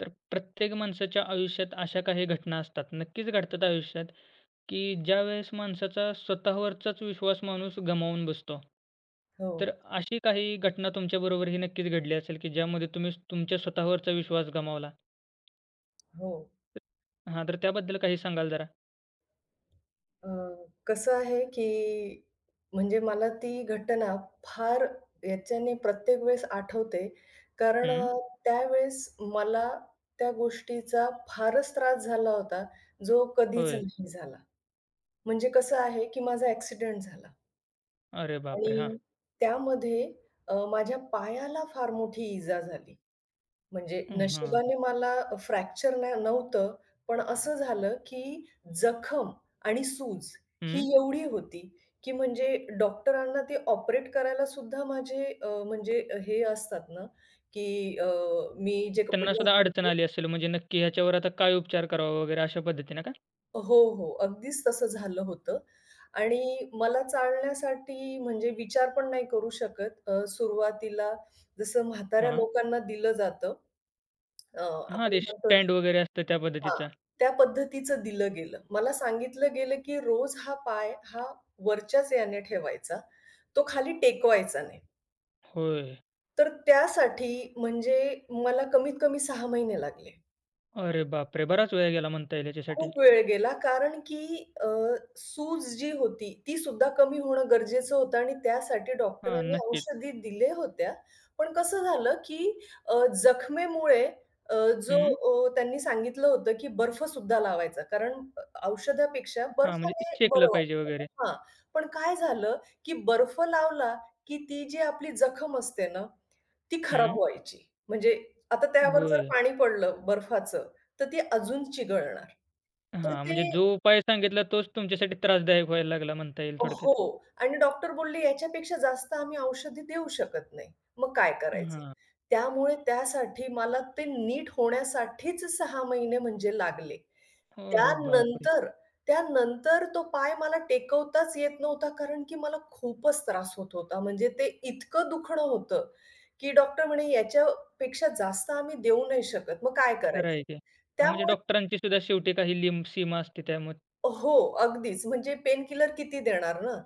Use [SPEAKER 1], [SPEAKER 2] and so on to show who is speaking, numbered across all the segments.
[SPEAKER 1] तर प्रत्येक माणसाच्या आयुष्यात अशा काही घटना असतात, नक्कीच घडतात आयुष्यात, की ज्यावेळेस माणसाचा स्वतःवरचाच विश्वास माणूस गमावून बसतो.
[SPEAKER 2] हो,
[SPEAKER 1] तर अशी काही घटना तुमच्याबरोबरही नक्कीच घडली असेल, की ज्यामध्ये तुम्ही तुमच्या स्वतःवरचा विश्वास गमावला?
[SPEAKER 2] हो.
[SPEAKER 1] हां, तर त्याबद्दल काही सांगाल जरा?
[SPEAKER 2] अ, कसं आहे, की म्हणजे मला ती घटना फार याच्याने प्रत्येक वेळेस आठवते. कारण
[SPEAKER 1] हं,
[SPEAKER 2] त्यावेळेस मला त्या गोष्टीचा फारच त्रास झाला होता, जो कधीच
[SPEAKER 1] होय.
[SPEAKER 2] नाही झाला. म्हणजे कसं आहे, की माझा ॲक्सिडेंट झाला
[SPEAKER 1] अरे बापरे! हां.
[SPEAKER 2] आणि त्यामध्ये माझ्या पायाला फार मोठी इजा झाली. म्हणजे
[SPEAKER 1] हां.
[SPEAKER 2] नशिबाने मला फ्रॅक्चर ना नव्हतं, पण असं झालं, की जखम आणि सूज ही
[SPEAKER 1] हं.
[SPEAKER 2] एवढी होती, की म्हणजे डॉक्टरांना ते ऑपरेट करायला सुद्धा माझे म्हणजे हे असतात ना, की मी जे
[SPEAKER 1] त्यांना
[SPEAKER 2] कपडे
[SPEAKER 1] सुद्धा
[SPEAKER 2] घातले
[SPEAKER 1] अडचण
[SPEAKER 2] होते
[SPEAKER 1] आली असेल म्हणजे नक्की ह्याच्यावर आता काय उपचार करावा वगैरे अशा पद्धतीने का?
[SPEAKER 2] हो, हो. अगदीच तसं झालं होतं आणि मला चालण्यासाठी म्हणजे विचार पण नाही करू शकत. सुरुवातीला जसं म्हाताऱ्या
[SPEAKER 1] हां.
[SPEAKER 2] लोकांना दिलं जातं. अ,
[SPEAKER 1] हां,
[SPEAKER 2] आपण
[SPEAKER 1] ते
[SPEAKER 2] म्हणतो
[SPEAKER 1] स्टँड वगैरे असतं त्या
[SPEAKER 2] हां,
[SPEAKER 1] पद्धतीचा.
[SPEAKER 2] त्या पद्धतीचं दिलं गेलं. मला सांगितलं गेलं, की रोज हा पाय हा वरच्याच याने ठेवायचा, तो खाली टेकवायचा नाही.
[SPEAKER 1] होय.
[SPEAKER 2] तर त्यासाठी म्हणजे मला कमीत कमी 6 महिने लागले.
[SPEAKER 1] अरे बापरे! बराच वेळ गेला म्हणता येईल याच्यासाठी.
[SPEAKER 2] खूप वेळ गेला कारण की अ, सूज जी होती ती सुद्धा कमी होणं गरजेचं होतं आणि त्यासाठी
[SPEAKER 1] हां,
[SPEAKER 2] डॉक्टरांनी
[SPEAKER 1] नक्कीच.
[SPEAKER 2] औषधी दिले होत्या. पण कसं झालं की जखमेमुळे अ, जो
[SPEAKER 1] हं.
[SPEAKER 2] त्यांनी सांगितलं होतं की बर्फ सुद्धा लावायचा कारण औषधापेक्षा
[SPEAKER 1] हां, म्हणजे
[SPEAKER 2] बर्फाने
[SPEAKER 1] शेकलं
[SPEAKER 2] बरं
[SPEAKER 1] पाहिजे
[SPEAKER 2] वाटतं
[SPEAKER 1] वगैरे.
[SPEAKER 2] हां. पण काय झालं की बर्फ लावला की ती जी आपली जखम असते ना, ती
[SPEAKER 1] हं.
[SPEAKER 2] खराब व्हायची. म्हणजे आता त्यावर जर
[SPEAKER 1] होय.
[SPEAKER 2] पाणी पडलं बर्फाचं, तर ती अजून चिघळणार. तर
[SPEAKER 1] हां,
[SPEAKER 2] ते
[SPEAKER 1] म्हणजे जो उपाय सांगितला तोच तुमच्यासाठी त्रासदायक व्हायला लागला म्हणता येईल थोडक्यात.
[SPEAKER 2] हो. आणि डॉक्टर बोलले, "याच्यापेक्षा जास्त आम्ही औषधी देऊ शकत नाही." मग काय करायचं?
[SPEAKER 1] हां.
[SPEAKER 2] त्यामुळे त्यासाठी मला ते नीट होण्यासाठीच 6 महिने म्हणजे लागले.
[SPEAKER 1] अरे बापरे!
[SPEAKER 2] त्यानंतर त्यानंतर तो पाय मला टेकवताच येत नव्हता, कारण की मला खूपच त्रास होत होता. म्हणजे ते इतकं दुखणं होतं, की डॉक्टर म्हणे, "याच्यापेक्षा जास्त आम्ही देऊ नाही शकत." मग काय
[SPEAKER 1] खरं आहे
[SPEAKER 2] करायचं?
[SPEAKER 1] की. हां, म्हणजे
[SPEAKER 2] त्यामुळे
[SPEAKER 1] डॉक्टरांची सुद्धा शेवटी काही लिंब सीमा असते त्यामुळे
[SPEAKER 2] हो, अगदीच. म्हणजे पेन किलर किती देणार ना?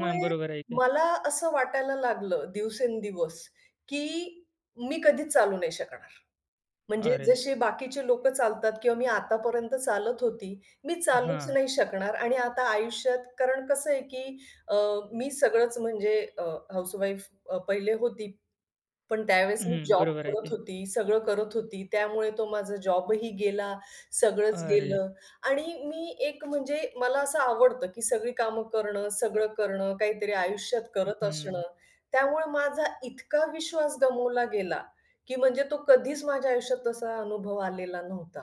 [SPEAKER 1] हां, बरोबर आहे की.
[SPEAKER 2] मला असं वाटायला लागलं दिवसेंदिवस, की मी कधीच चालू नाही शकणार. म्हणजे
[SPEAKER 1] अरे!
[SPEAKER 2] जसे बाकीचे लोक चालतात किंवा मी आतापर्यंत चालत होती, मी चालूच
[SPEAKER 1] हां.
[SPEAKER 2] नाही शकणार आणि आता आयुष्यात कारण कसं आहे, की अ, मी सगळंच म्हणजे पहिले होती. पण त्यावेळेस मी
[SPEAKER 1] हं,
[SPEAKER 2] जॉब
[SPEAKER 1] बरोबर आहे
[SPEAKER 2] करत
[SPEAKER 1] की.
[SPEAKER 2] होती, सगळं करत होती. त्यामुळे तो माझा जॉबही गेला, सगळंच
[SPEAKER 1] अरे!
[SPEAKER 2] गेलं आणि मी एक म्हणजे मला असं आवडतं, की सगळी कामं करणं, सगळं करणं, काहीतरी आयुष्यात करत
[SPEAKER 1] हं.
[SPEAKER 2] असणं. त्यामुळे माझा इतका विश्वास गमावला गेला, की म्हणजे तो कधीच माझ्या आयुष्यात तसा अनुभव आलेला नव्हता.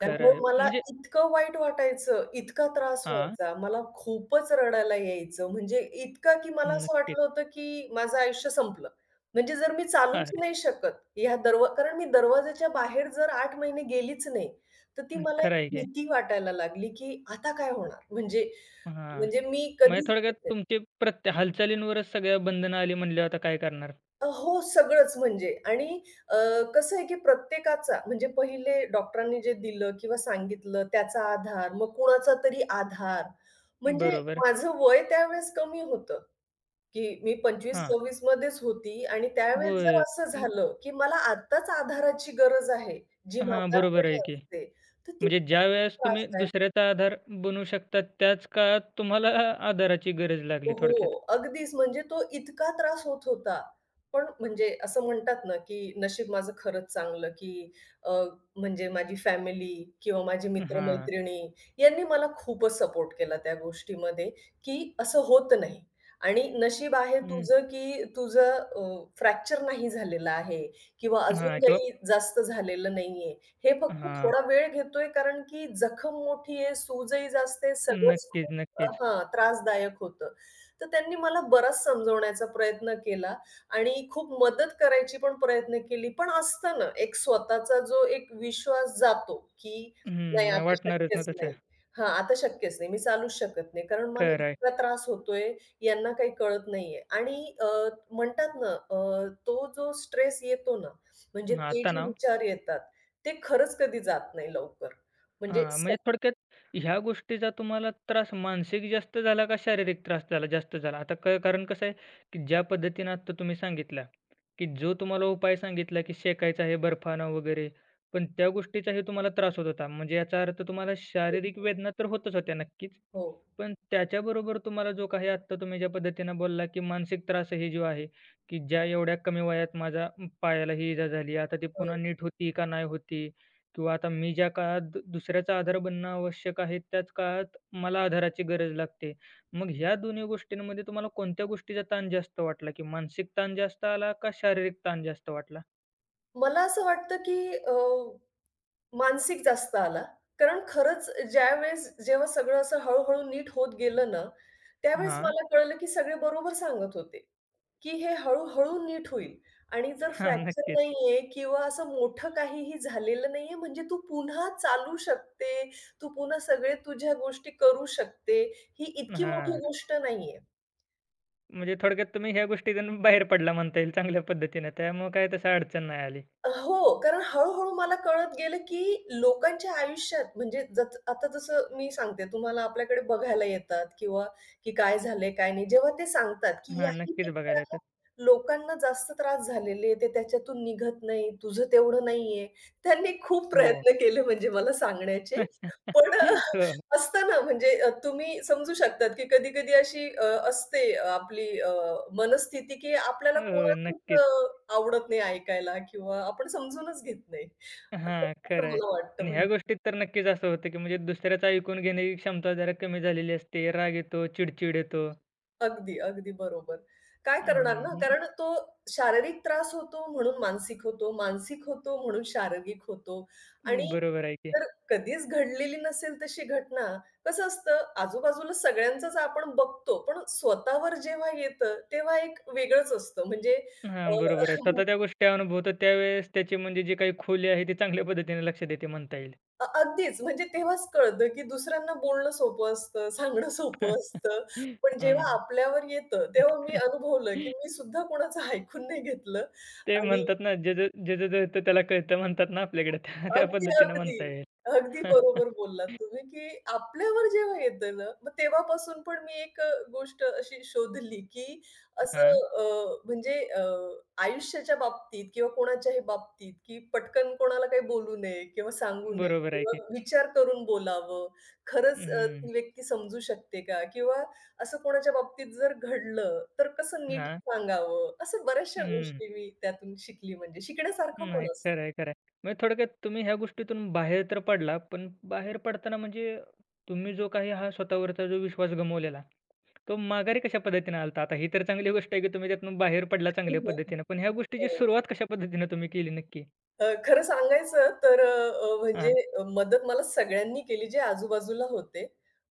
[SPEAKER 1] खरं
[SPEAKER 2] त्यामुळे
[SPEAKER 1] आहे.
[SPEAKER 2] मला
[SPEAKER 1] म्हणजे
[SPEAKER 2] इतकं वाईट वाटायचं, इतका त्रास
[SPEAKER 1] हां,
[SPEAKER 2] व्हायचा, मला खूपच रडायला यायचं. म्हणजे इतका की मला असं
[SPEAKER 1] नक्कीच.
[SPEAKER 2] वाटलं होतं की माझं आयुष्य संपलं. म्हणजे जर मी चालूच
[SPEAKER 1] अरे!
[SPEAKER 2] नाही शकत ह्या दरवा कारण मी दरवाजाच्या बाहेर जर 8 महिने गेलीच नाही, तर ती मला एक
[SPEAKER 1] खरं आहे की.
[SPEAKER 2] भीती वाटायला लागली की आता काय होणार? म्हणजे
[SPEAKER 1] हां.
[SPEAKER 2] म्हणजे मी
[SPEAKER 1] म्हणजे
[SPEAKER 2] कधीच
[SPEAKER 1] थोडक्यात तुमची हालचालींवरच सगळ्या बंधनं आली म्हणल्यावर आता काय करणार?
[SPEAKER 2] हो, सगळंच म्हणजे आणि अ, कसं आहे की प्रत्येकाचा म्हणजे पहिले डॉक्टरांनी जे दिलं किंवा सांगितलं त्याचा आधार, मग कुणाचा तरी आधार. म्हणजे
[SPEAKER 1] बरोबर.
[SPEAKER 2] माझं वय त्यावेळेस कमी होतं, की मी
[SPEAKER 1] हां.
[SPEAKER 2] 25-26 मध्येच होती आणि त्यावेळेस हं.
[SPEAKER 1] होय.
[SPEAKER 2] जर असं
[SPEAKER 1] मग
[SPEAKER 2] झालं, की मला आत्ताच आधाराची गरज आहे, जी
[SPEAKER 1] हां, बरोबर आहे
[SPEAKER 2] म्हातारपणी
[SPEAKER 1] की.
[SPEAKER 2] असते, तर ती
[SPEAKER 1] म्हणजे
[SPEAKER 2] खूप
[SPEAKER 1] ज्यावेळेस तुम्ही
[SPEAKER 2] त्रासदायक
[SPEAKER 1] दुसऱ्याचा आधार बनू शकता, त्याच काळात तुम्हाला आधाराची गरज
[SPEAKER 2] हो.
[SPEAKER 1] लागली
[SPEAKER 2] हो.
[SPEAKER 1] थोडक्यात.
[SPEAKER 2] अगदीच म्हणजे तो इतका त्रास होत होता. पण म्हणजे असं म्हणतात ना, की नशीब माझं खरंच चांगलं, की अ, म्हणजे माझी फॅमिली किंवा माझे
[SPEAKER 1] हां.
[SPEAKER 2] मित्र-मैत्रिणी यांनी मला खूपच सपोर्ट केला त्या गोष्टीमध्ये, की असं होत नाही. आणि नशीब आहे
[SPEAKER 1] हं.
[SPEAKER 2] तुझं, की तुझं फ्रॅक्चर नाही झालेलं आहे किंवा अजून
[SPEAKER 1] हां किंवा
[SPEAKER 2] काही जास्त झालेलं नाहीये. हे फक्त
[SPEAKER 1] हां.
[SPEAKER 2] थोडा वेळ घेतोय कारण की जखम मोठी आहे, सूजही जास्त आहे, सगळंच
[SPEAKER 1] नक्कीच,
[SPEAKER 2] खूप
[SPEAKER 1] नक्कीच.
[SPEAKER 2] हां, त्रासदायक होतं. तर त्यांनी मला बराच समजवण्याचा प्रयत्न केला आणि खूप मदत करायची पण प्रयत्न केली. पण असतं ना, एक स्वतःचा जो एक विश्वास जातो, की नाही
[SPEAKER 1] हं. नाही
[SPEAKER 2] आता
[SPEAKER 1] वाटणारच ना
[SPEAKER 2] शक्यच
[SPEAKER 1] तसं.
[SPEAKER 2] नाही. हां, आता शक्यच नाही. मी चालूच शकत नाही. कारण मला
[SPEAKER 1] खरं आहे.
[SPEAKER 2] इतका त्रास होतोय, यांना काही कळत नाहीये. आणि म्हणतात ना, तो जो स्ट्रेस येतो ना, म्हणजे
[SPEAKER 1] हां,
[SPEAKER 2] ते जे
[SPEAKER 1] तणाव
[SPEAKER 2] विचार येतात, ते खरंच कधी जात नाही लवकर. म्हणजे
[SPEAKER 1] हां, म्हणजे थोडक्यात ह्या गोष्टीचा तुम्हाला त्रास मानसिक जास्त झाला का शारीरिक त्रास झाला जास्त झाला? आता कारण कसं आहे, की ज्या पद्धतीनं आत्ता तुम्ही सांगितला, की जो तुम्हाला उपाय सांगितला, की शेकायचं आहे बर्फानं वगैरे, पण त्या गोष्टीचाही तुम्हाला त्रास होत होता. म्हणजे याचा अर्थ तुम्हाला शारीरिक वेदना तर होतच होत्या नक्कीच.
[SPEAKER 2] हो,
[SPEAKER 1] पण त्याच्याबरोबर तुम्हाला जो काही आत्ता तुम्ही ज्या पद्धतीनं बोलला, की मानसिक त्रासही जो आहे, की ज्या एवढ्या कमी वयात माझ्या पायाला ही इजा झाली, आता ती
[SPEAKER 2] हो.
[SPEAKER 1] पुन्हा नीट होती का नाही होती? किंवा आता मी ज्या काळात दुसऱ्याचा आधार बनणं आवश्यक आहे, त्याच काळात मला आधाराची गरज लागते. मग ह्या दोन्ही गोष्टींमध्ये तुम्हाला कोणत्या गोष्टीचा ताण जास्त वाटला, की मानसिक ताण जास्त आला का शारीरिक ताण जास्त वाटला?
[SPEAKER 2] मला असं वाटतं, की मानसिक जास्त आला. कारण खरंच ज्यावेळेस जेव्हा सगळं असं हळू नीट होत गेलं ना, त्यावेळेस
[SPEAKER 1] हां,
[SPEAKER 2] मला कळलं की सगळे बरोबर सांगत होते, की हे हळू-हळू नीट होईल आणि जर
[SPEAKER 1] हां,
[SPEAKER 2] फ्रॅक्चर
[SPEAKER 1] नक्कीच.
[SPEAKER 2] नाहीये किंवा असं मोठं काहीही झालेलं नाहीये म्हणजे तू पुन्हा चालू शकते, तू पुन्हा सगळे तुझ्या गोष्टी करू शकते. ही इतकी मोठी
[SPEAKER 1] हां,
[SPEAKER 2] गोष्ट नाहीये.
[SPEAKER 1] म्हणजे थोडक्यात तुम्ही ह्या गोष्टीतून बाहेर पडला म्हणता येईल चांगल्या पद्धतीनं. त्यामुळे काही तसं अडचण नाही आली.
[SPEAKER 2] हो, कारण हळू-हळू मला कळत गेलं, की लोकांच्या आयुष्यात म्हणजे जत आता जसं मी सांगते तुम्हाला आपल्याकडे बघायला येतात किंवा की काय झालंय, काय नाही. जेव्हा ते सांगतात, की
[SPEAKER 1] हां, नक्कीच बघायला
[SPEAKER 2] याहीपेक्षा
[SPEAKER 1] येतात.
[SPEAKER 2] लोकांना जास्त त्रास झालेले आहेत, ते त्याच्यातून निघत नाही, तुझं तेवढं नाहीये. त्यांनी खूप
[SPEAKER 1] हो.
[SPEAKER 2] प्रयत्न केले म्हणजे मला सांगण्याचे. पण
[SPEAKER 1] हो,
[SPEAKER 2] असतं ना म्हणजे तुम्ही समजू शकतात, की कधी-कधी अशी असते आपली मनस्थिती, की आपल्याला
[SPEAKER 1] हो,
[SPEAKER 2] कोणाचंच
[SPEAKER 1] नक्कीच.
[SPEAKER 2] आवडत नाही ऐकायला किंवा आपण समजूनच घेत नाही. असं
[SPEAKER 1] हां, खरं
[SPEAKER 2] असं
[SPEAKER 1] आहे.
[SPEAKER 2] मला वाटतं
[SPEAKER 1] आणि ह्या
[SPEAKER 2] म्हणजे.
[SPEAKER 1] गोष्टीत तर नक्कीच असं होतं, की म्हणजे दुसऱ्याचं ऐकून घेण्याची क्षमता जरा कमी झालेली असते. राग येतो, चिड-चिड येतो.
[SPEAKER 2] अगदी, अगदी बरोबर. काय
[SPEAKER 1] हं,
[SPEAKER 2] करणार ना,
[SPEAKER 1] हं.
[SPEAKER 2] कारण तो शारीरिक त्रास होतो म्हणून मानसिक होतो, मानसिक होतो म्हणून शारीरिक होतो आणि
[SPEAKER 1] बरोबर आहे की.
[SPEAKER 2] जर कधीच घडलेली नसेल तशी घटना, कसं असतं आजूबाजूला सगळ्यांचंच आपण बघतो, पण स्वतःवर जेव्हा येतं तेव्हा एक वेगळंच असतं. म्हणजे
[SPEAKER 1] हां,
[SPEAKER 2] अ,
[SPEAKER 1] बरोबर आहे. स्वतः त्या गोष्टी अनुभवतो त्यावेळेस त्याची म्हणजे जी काही खोली आहे ती चांगल्या पद्धतीने लक्षात येते म्हणता येईल.
[SPEAKER 2] अगदीच म्हणजे तेव्हाच कळतं, की दुसऱ्यांना बोलणं सोपं असतं, सांगणं सोपं असतं. पण जेव्हा
[SPEAKER 1] हां.
[SPEAKER 2] आपल्यावर येतं, तेव्हा मी अनुभवलं, की मी सुद्धा कोणाचं ऐकून नाही घेतलं
[SPEAKER 1] ते
[SPEAKER 2] आणि
[SPEAKER 1] म्हणतात ना, "ज्याचं ज्याचं जळतं त्याला कळतं" म्हणतात ना आपल्याकडे त्या त्या
[SPEAKER 2] अगदी,
[SPEAKER 1] पद्धतीने
[SPEAKER 2] अगदी.
[SPEAKER 1] म्हणता येईल.
[SPEAKER 2] अगदी बरोबर बोललात तुम्ही, की आपल्यावर जेव्हा येतं ना, मग तेव्हापासून पण मी एक गोष्ट अशी शोधली, की असं
[SPEAKER 1] हां,
[SPEAKER 2] अ, म्हणजे आयुष्याच्या बाबतीत किंवा कोणाच्याही बाबतीत, की पटकन कोणाला काही बोलू नये किंवा सांगू नये
[SPEAKER 1] बरोबर आहे
[SPEAKER 2] किंवा
[SPEAKER 1] की.
[SPEAKER 2] विचार करून बोलावं. खरंच
[SPEAKER 1] हं,
[SPEAKER 2] ती व्यक्ती समजू शकते का? किंवा असं कोणाच्या बाबतीत जर घडलं, तर कसं नीट
[SPEAKER 1] हां.
[SPEAKER 2] सांगावं? असं बऱ्याचशा
[SPEAKER 1] हं.
[SPEAKER 2] गोष्टी मी त्यातून शिकली म्हणजे शिकण्यासारखं
[SPEAKER 1] नाही,
[SPEAKER 2] पण असतं.
[SPEAKER 1] खरं आहे, खरं आहे. म्हणजे थोडक्यात तुम्ही ह्या गोष्टीतून बाहेर तर पडला, पण बाहेर पडताना म्हणजे तुम्ही जो काही हा स्वतःवरचा जो विश्वास गमावलेला, तो माघारी कशा पद्धतीनं आला? आता ही तर चांगली गोष्ट आहे, की तुम्ही त्यातून बाहेर पडला चांगल्या पद्धतीनं. पण ह्या गोष्टीची
[SPEAKER 2] बरोबर.
[SPEAKER 1] सुरुवात कशा पद्धतीनं तुम्ही केली नक्की?
[SPEAKER 2] खरं सांगायचं तर अ, अ, म्हणजे
[SPEAKER 1] हां,
[SPEAKER 2] मदत मला सगळ्यांनी केली जे आजूबाजूला होते.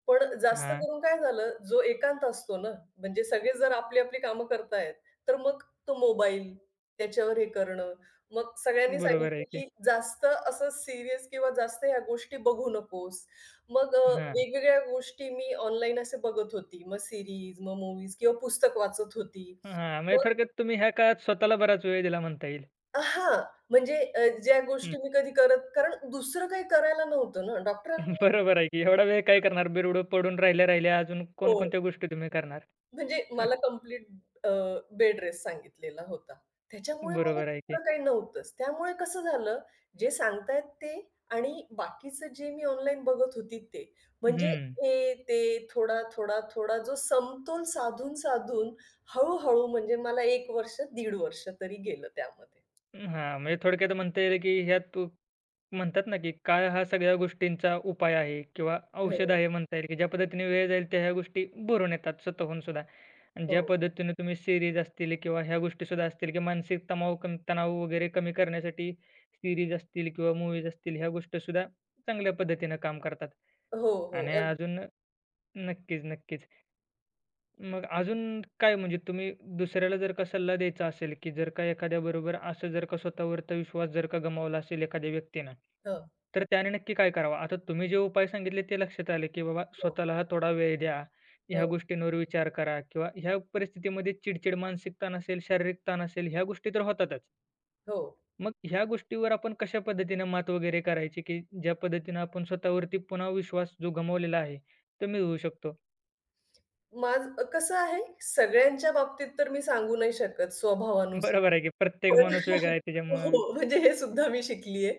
[SPEAKER 2] पण जास्त
[SPEAKER 1] हां.
[SPEAKER 2] करून काय झालं, जो एकांत असतो ना, म्हणजे सगळे जर आपली आपली कामं करतायत, तर मग तो मोबाईल, त्याच्यावर हे करणं. मग सगळ्यांनी
[SPEAKER 1] बरोबर आहे
[SPEAKER 2] सांगितलं,
[SPEAKER 1] की.
[SPEAKER 2] की जास्त असं सीरियस किंवा जास्त ह्या गोष्टी बघू नकोस. मग
[SPEAKER 1] हां,
[SPEAKER 2] वेगवेगळ्या गोष्टी मी ऑनलाईन असे बघत होती. मग सीरीज, मग मूव्हीज किंवा पुस्तक वाचत होती.
[SPEAKER 1] हां. म्हणजे थोडक्यात तुम्ही ह्या काळात स्वतःला बराच वेळ दिला म्हणता येईल.
[SPEAKER 2] हां, म्हणजे ज्या
[SPEAKER 1] हं.
[SPEAKER 2] गोष्टी मी कधी करत कारण दुसरं काही करायला नव्हतं ना. डॉक्टरांनी
[SPEAKER 1] बरोबर आहे की. एवढा वेळ काय करणार? बिरुडं पडून राहिल्या अजून
[SPEAKER 2] हो,
[SPEAKER 1] कोणकोणत्या गोष्टी तुम्ही करणार?
[SPEAKER 2] म्हणजे मला कंप्लीट अ, बेड रेस्ट सांगितलेला होता. त्याच्यामुळे मला
[SPEAKER 1] बरोबर आहे की.
[SPEAKER 2] दुसरं काही नव्हतंच. त्यामुळे कसं झालं, जे सांगतायत ते आणि बाकीचं जे मी ऑनलाईन बघत होती ते. म्हणजे
[SPEAKER 1] हं.
[SPEAKER 2] हे, ते, थोडा, थोडा, थोडा जो समतोल साधून, साधून हळू म्हणजे मला 1 वर्ष, दीड वर्ष तरी गेलं त्यामध्ये.
[SPEAKER 1] हां, म्हणजे थोडक्यात म्हणता येईल की ह्यात तू म्हणतात ना, की काळ हा सगळ्या गोष्टींचा उपाय आहे किंवा औषध
[SPEAKER 2] हो,
[SPEAKER 1] आहे म्हणता येईल, की ज्या पद्धतीने वेळ जाईल त्या ह्या गोष्टी भरून येतात स्वतःहून सुद्धा. आणि
[SPEAKER 2] हो.
[SPEAKER 1] ज्या पद्धतीने तुम्ही सिरीज असतील किंवा ह्या गोष्टीसुद्धा असतील, की मानसिक तणाव कमी तणाव वगैरे कमी करण्यासाठी सिरीज असतील किंवा मूव्हीज असतील ह्या गोष्टीसुद्धा चांगल्या पद्धतीनं काम करतात.
[SPEAKER 2] हो, हो.
[SPEAKER 1] आणि
[SPEAKER 2] अगदी.
[SPEAKER 1] अजून नक्कीच, नक्कीच. मग अजून काय म्हणजे तुम्ही दुसऱ्याला जर का सल्ला द्यायचा असेल, की जर का एखाद्याबरोबर असं जर का स्वतःवरचा विश्वास जर का गमावला असेल एखाद्या व्यक्तीनं, तर त्याने नक्की काय करावं? आता तुम्ही जे उपाय सांगितले ते लक्षात आले, की बाबा
[SPEAKER 2] हो,
[SPEAKER 1] स्वतःला हा थोडा वेळ द्या, ह्या
[SPEAKER 2] हो.
[SPEAKER 1] गोष्टींवर विचार करा किंवा ह्या परिस्थितीमध्ये चिडचिड, मानसिक ताण असेल, शारीरिक ताण असेल, ह्या गोष्टी तर होतातच.
[SPEAKER 2] हो.
[SPEAKER 1] मग ह्या गोष्टीवर आपण कशा पद्धतीनं मात वगैरे करायची, की ज्या पद्धतीनं आपण स्वतःवरती पुन्हा विश्वास जो गमावलेला आहे, तो मिळवू शकतो?
[SPEAKER 2] माझं कसं आहे, सगळ्यांच्या बाबतीत तर मी सांगू नाही शकत हं. स्वभावानुसार.
[SPEAKER 1] बरोबर आहे की प्रत्येक
[SPEAKER 2] पण
[SPEAKER 1] माणूस वेगळा आहे त्याच्यामुळं
[SPEAKER 2] हो, म्हणजे हे सुद्धा मी शिकली आहे.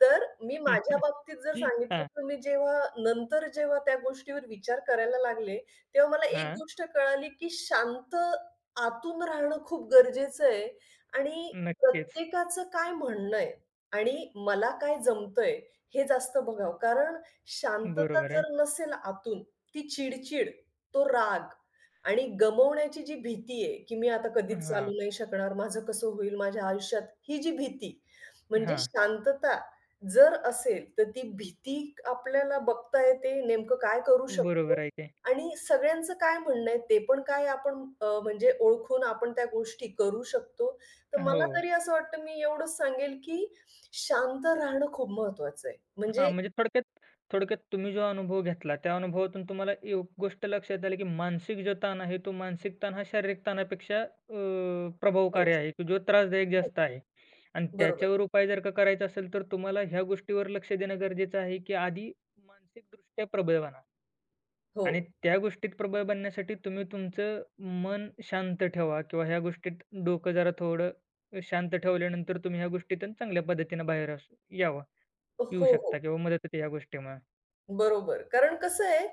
[SPEAKER 2] तर मी माझ्या बाबतीत जर सांगितलं,
[SPEAKER 1] हां,
[SPEAKER 2] तर मी जेव्हा नंतर जेव्हा त्या गोष्टीवर विचार करायला लागले, तेव्हा मला एक
[SPEAKER 1] हां.
[SPEAKER 2] गोष्ट कळाली, की शांत आतून राहणं खूप गरजेचं आहे आणि
[SPEAKER 1] नक्कीच.
[SPEAKER 2] प्रत्येकाचं काय म्हणणं आहे आणि मला काय जमतंय हे जास्त बघावं. कारण शांतता
[SPEAKER 1] बरोबर आहे.
[SPEAKER 2] जर नसेल आतून, ती चिड तो राग आणि गमवण्याची जी भीती आहे, की मी आता कधीच
[SPEAKER 1] हां,
[SPEAKER 2] चालू नाही शकणार, माझं कसं होईल माझ्या आयुष्यात, ही जी भीती. म्हणजे
[SPEAKER 1] हां.
[SPEAKER 2] शांतता जर असेल, तर ती भीती आपल्याला बघता येते, नेमकं काय करू शकतो
[SPEAKER 1] बरोबर आहे ते.
[SPEAKER 2] आणि सगळ्यांचं काय म्हणणं आहे, ते पण काय आपण म्हणजे ओळखून आपण त्या गोष्टी करू शकतो. तर
[SPEAKER 1] हो.
[SPEAKER 2] मला तरी असं वाटतं, मी एवढंच सांगेल, की शांत राहणं खूप महत्त्वाचं आहे.
[SPEAKER 1] हां,
[SPEAKER 2] म्हणजे
[SPEAKER 1] म्हणजे थोडक्यात थोडक्यात तुम्ही जो अनुभव घेतला, त्या अनुभवातून तुम्हाला एक गोष्ट लक्षात आली, की मानसिक जो ताण आहे, तो मानसिक ताण हा शारीरिक ताणापेक्षा
[SPEAKER 2] हो,
[SPEAKER 1] प्रभावकारी आहे, की जो त्रासदायक
[SPEAKER 2] हो.
[SPEAKER 1] जास्त आहे. आणि
[SPEAKER 2] बरोबर.
[SPEAKER 1] त्याच्यावर उपाय जर का करायचा असेल, तर तुम्हाला ह्या गोष्टीवर लक्ष देणं गरजेचं आहे, की आधी मानसिकदृष्ट्या प्रबळ बना.
[SPEAKER 2] हो.
[SPEAKER 1] आणि त्या गोष्टीत प्रबळ बनण्यासाठी तुम्ही तुमचं मन शांत ठेवा किंवा ह्या गोष्टीत डोकं जरा थोडं शांत ठेवल्यानंतर तुम्ही ह्या गोष्टीतून चांगल्या पद्धतीनं बाहेर असू यावा येऊ
[SPEAKER 2] हो, हो.
[SPEAKER 1] शकता किंवा मदत होते ह्या गोष्टीमुळे.
[SPEAKER 2] बरोबर. कारण कसं आहे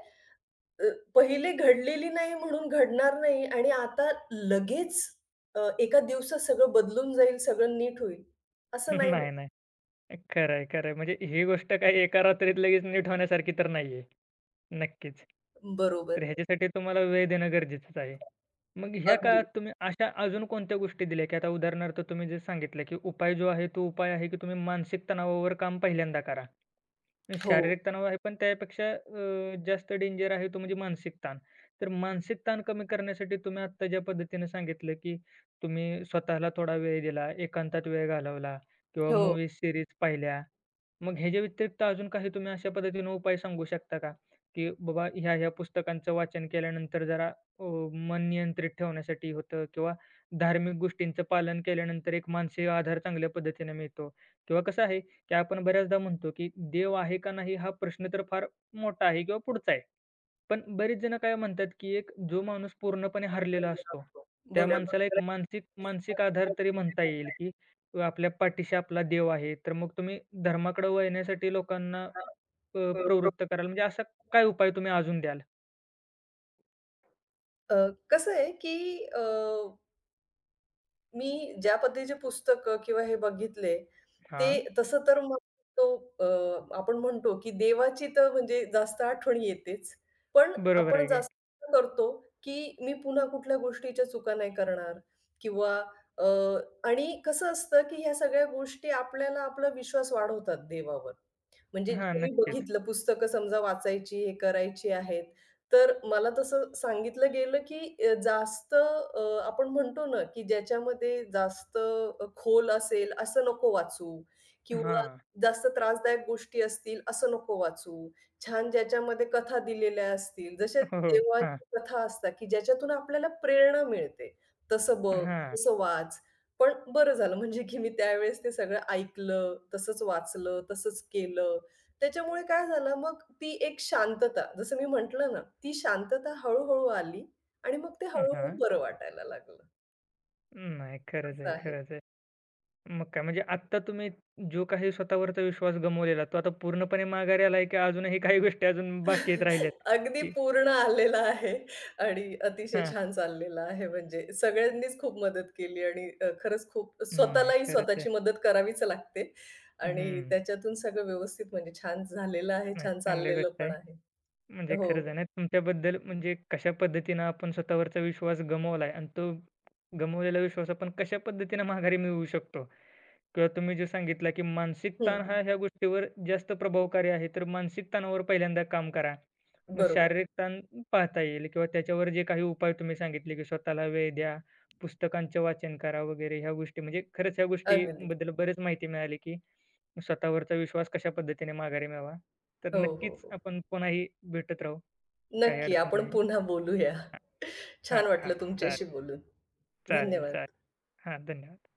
[SPEAKER 2] अ, पहिले घडलेली नाही म्हणून घडणार नाही आणि आता लगेच एका दिवसात सगळं बदलून जाईल, सगळं नीट होईल, असं नाही होत.
[SPEAKER 1] नाही, नाही. खरं आहे, खरं आहे. म्हणजे ही गोष्ट काही एका रात्रीत लगेच नीट होण्यासारखी तर नाही आहे. नक्कीच.
[SPEAKER 2] बरोबर.
[SPEAKER 1] तर ह्याच्यासाठी तुम्हाला वेळ देणं गरजेचंच आहे. मग ह्या काळात
[SPEAKER 2] अगदी.
[SPEAKER 1] तुम्ही अशा अजून कोणत्या गोष्टी दिल्या, की आता उदाहरणार्थ तुम्ही जे सांगितलं, की उपाय जो आहे तो उपाय आहे, की तुम्ही मानसिक तणावावर काम पहिल्यांदा करा.
[SPEAKER 2] हो,
[SPEAKER 1] शारीरिक तणाव आहे, पण त्यापेक्षा जास्त डेंजर आहे तो म्हणजे मानसिक ताण. तर मानसिक ताण कमी करण्यासाठी तुम्ही आत्ता ज्या पद्धतीने सांगितलं, की तुम्ही स्वतःला थोडा वेळ दिला, एकांतात वेळ घालवला किंवा
[SPEAKER 2] हो.
[SPEAKER 1] मूव्ही सीरीज पाहिल्या. मग ह्याच्या व्यतिरिक्त अजून काही तुम्ही अशा पद्धतीने उपाय सांगू शकता का? की बाबा ह्या-ह्या पुस्तकांचं वाचन केल्यानंतर जरा अ, मन नियंत्रित ठेवण्यासाठी होतं किंवा धार्मिक गोष्टींचं पालन केल्यानंतर एक मानसिक आधार चांगल्या पद्धतीने मिळतो किंवा कसं आहे की आपण बऱ्याचदा म्हणतो की देव आहे का नाही हा प्रश्न तर फार मोठा आहे किंवा पुढचा आहे. पण बरेच जण काय म्हणतात की एक जो माणूस पूर्णपणे हरलेला असतो, त्या माणसाला एक
[SPEAKER 2] बरोबर.
[SPEAKER 1] मानसिक मानसिक आधार तरी म्हणता येईल की आपल्या पाठीशी आपला देव आहे. तर मग तुम्ही धर्माकडे वळण्यासाठी लोकांना
[SPEAKER 2] त्यामुळे
[SPEAKER 1] प्रवृत्त कराल म्हणजे असा काय उपाय तुम्ही अजून द्याल?
[SPEAKER 2] अ, कसं आहे की मी ज्या पद्धतीची पुस्तकं किंवा हे बघितले,
[SPEAKER 1] हां,
[SPEAKER 2] ते तसं तर मग तो अ, आपण म्हणतो, की देवाची तर म्हणजे जास्त आठवण येतेच. पण
[SPEAKER 1] बरोबर आहे
[SPEAKER 2] आपण
[SPEAKER 1] की.
[SPEAKER 2] जास्त करतो, की मी पुन्हा कुठल्या गोष्टीच्या चुका नाही करणार किंवा अ, आणि कसं असतं, की ह्या सगळ्या गोष्टी आपल्याला आपला विश्वास वाढवतात देवावर. म्हणजे
[SPEAKER 1] हां,
[SPEAKER 2] जे मी
[SPEAKER 1] नक्कीच.
[SPEAKER 2] बघितलं पुस्तकं समजा वाचायची, हे करायची आहेत, तर मला तसं सांगितलं गेलं, की जास्त आपण म्हणतो ना, की ज्याच्यामध्ये जास्त खोल असेल असं नको वाचू किंवा
[SPEAKER 1] हां.
[SPEAKER 2] जास्त त्रासदायक गोष्टी असतील असं नको वाचू. छान ज्याच्यामध्ये कथा दिलेल्या असतील, जशा
[SPEAKER 1] हो, हो. हां,
[SPEAKER 2] देवांच्या कथा असतात, की ज्याच्यातून आपल्याला प्रेरणा मिळते. तसं बघ,
[SPEAKER 1] हां,
[SPEAKER 2] तसं वाच. पण बरं झालं म्हणजे, की मी त्यावेळेस ते सगळं ऐकलं, तसंच वाचलं, तसंच केलं. त्याच्यामुळे काय झालं मग ती एक शांतता, जसं मी म्हटलं ना, ती शांतता हळू-हळू आली आणि मग ते हळू-हळू
[SPEAKER 1] हां.
[SPEAKER 2] बरं वाटायला लागलं.
[SPEAKER 1] नाही खरंच
[SPEAKER 2] असं
[SPEAKER 1] आहे,
[SPEAKER 2] आहे.
[SPEAKER 1] खरंच आहे. मग काय म्हणजे आत्ता तुम्ही जो काही स्वतःवरचा विश्वास गमावलेला, तो आता पूर्णपणे माघारी आलाय, की अजूनही काही गोष्टी अजून बाकी आहेत राहिल्यात?
[SPEAKER 2] अगदी
[SPEAKER 1] की
[SPEAKER 2] पूर्ण आलेला आहे आणि अतिशय
[SPEAKER 1] हां.
[SPEAKER 2] छान चाललेला आहे म्हणजे सगळ्यांनीच खूप मदत केली आणि खरंच खूप
[SPEAKER 1] नाही
[SPEAKER 2] स्वतःलाही
[SPEAKER 1] खरंच आहे.
[SPEAKER 2] स्वतःची मदत करावीच लागते आणि
[SPEAKER 1] हं.
[SPEAKER 2] त्याच्यातून सगळं व्यवस्थित म्हणजे छान झालेलं आहे,
[SPEAKER 1] नाही
[SPEAKER 2] छान
[SPEAKER 1] चांगली
[SPEAKER 2] चाललेलं
[SPEAKER 1] गोष्ट आहे.
[SPEAKER 2] पण आहे.
[SPEAKER 1] म्हणजे
[SPEAKER 2] हो,
[SPEAKER 1] खरंच आहे
[SPEAKER 2] हो.
[SPEAKER 1] ना तुमच्याबद्दल म्हणजे कशा पद्धतीनं आपण स्वतःवरचा विश्वास गमावलाय आणि तो गमावलेला विश्वास आपण कशा पद्धतीनं माघारी मिळवू शकतो. किंवा तुम्ही जे सांगितला, की मानसिक
[SPEAKER 2] हं,
[SPEAKER 1] ताण
[SPEAKER 2] हं.
[SPEAKER 1] हा ह्या गोष्टीवर जास्त प्रभावकारी आहे. तर मानसिक ताणावर पहिल्यांदा काम करा. मग
[SPEAKER 2] बरोबर.
[SPEAKER 1] शारीरिक ताण पाहता येईल किंवा त्याच्यावर जे काही उपाय तुम्ही सांगितले, की स्वतःला वेळ द्या, पुस्तकांचे वाचन करा वगैरे ह्या गोष्टी म्हणजे खरंच ह्या
[SPEAKER 2] अगदी.
[SPEAKER 1] गोष्टीबद्दल बरीच माहिती मिळाली, की स्वतःवरचा विश्वास कशा पद्धतीने माघारी मिळवा. तर
[SPEAKER 2] हो, हो,
[SPEAKER 1] नक्कीच
[SPEAKER 2] हो.
[SPEAKER 1] आपण पुन्हाही भेटत राहू. काही
[SPEAKER 2] नक्की
[SPEAKER 1] अडचण
[SPEAKER 2] आपण
[SPEAKER 1] नाही.
[SPEAKER 2] पुन्हा बोलूया.
[SPEAKER 1] हां,
[SPEAKER 2] छान
[SPEAKER 1] हां.
[SPEAKER 2] वाटलं
[SPEAKER 1] चालेल,
[SPEAKER 2] तुमच्याशी बोलून.
[SPEAKER 1] चालेल,
[SPEAKER 2] धन्यवाद.
[SPEAKER 1] चालेल. हां, धन्यवाद.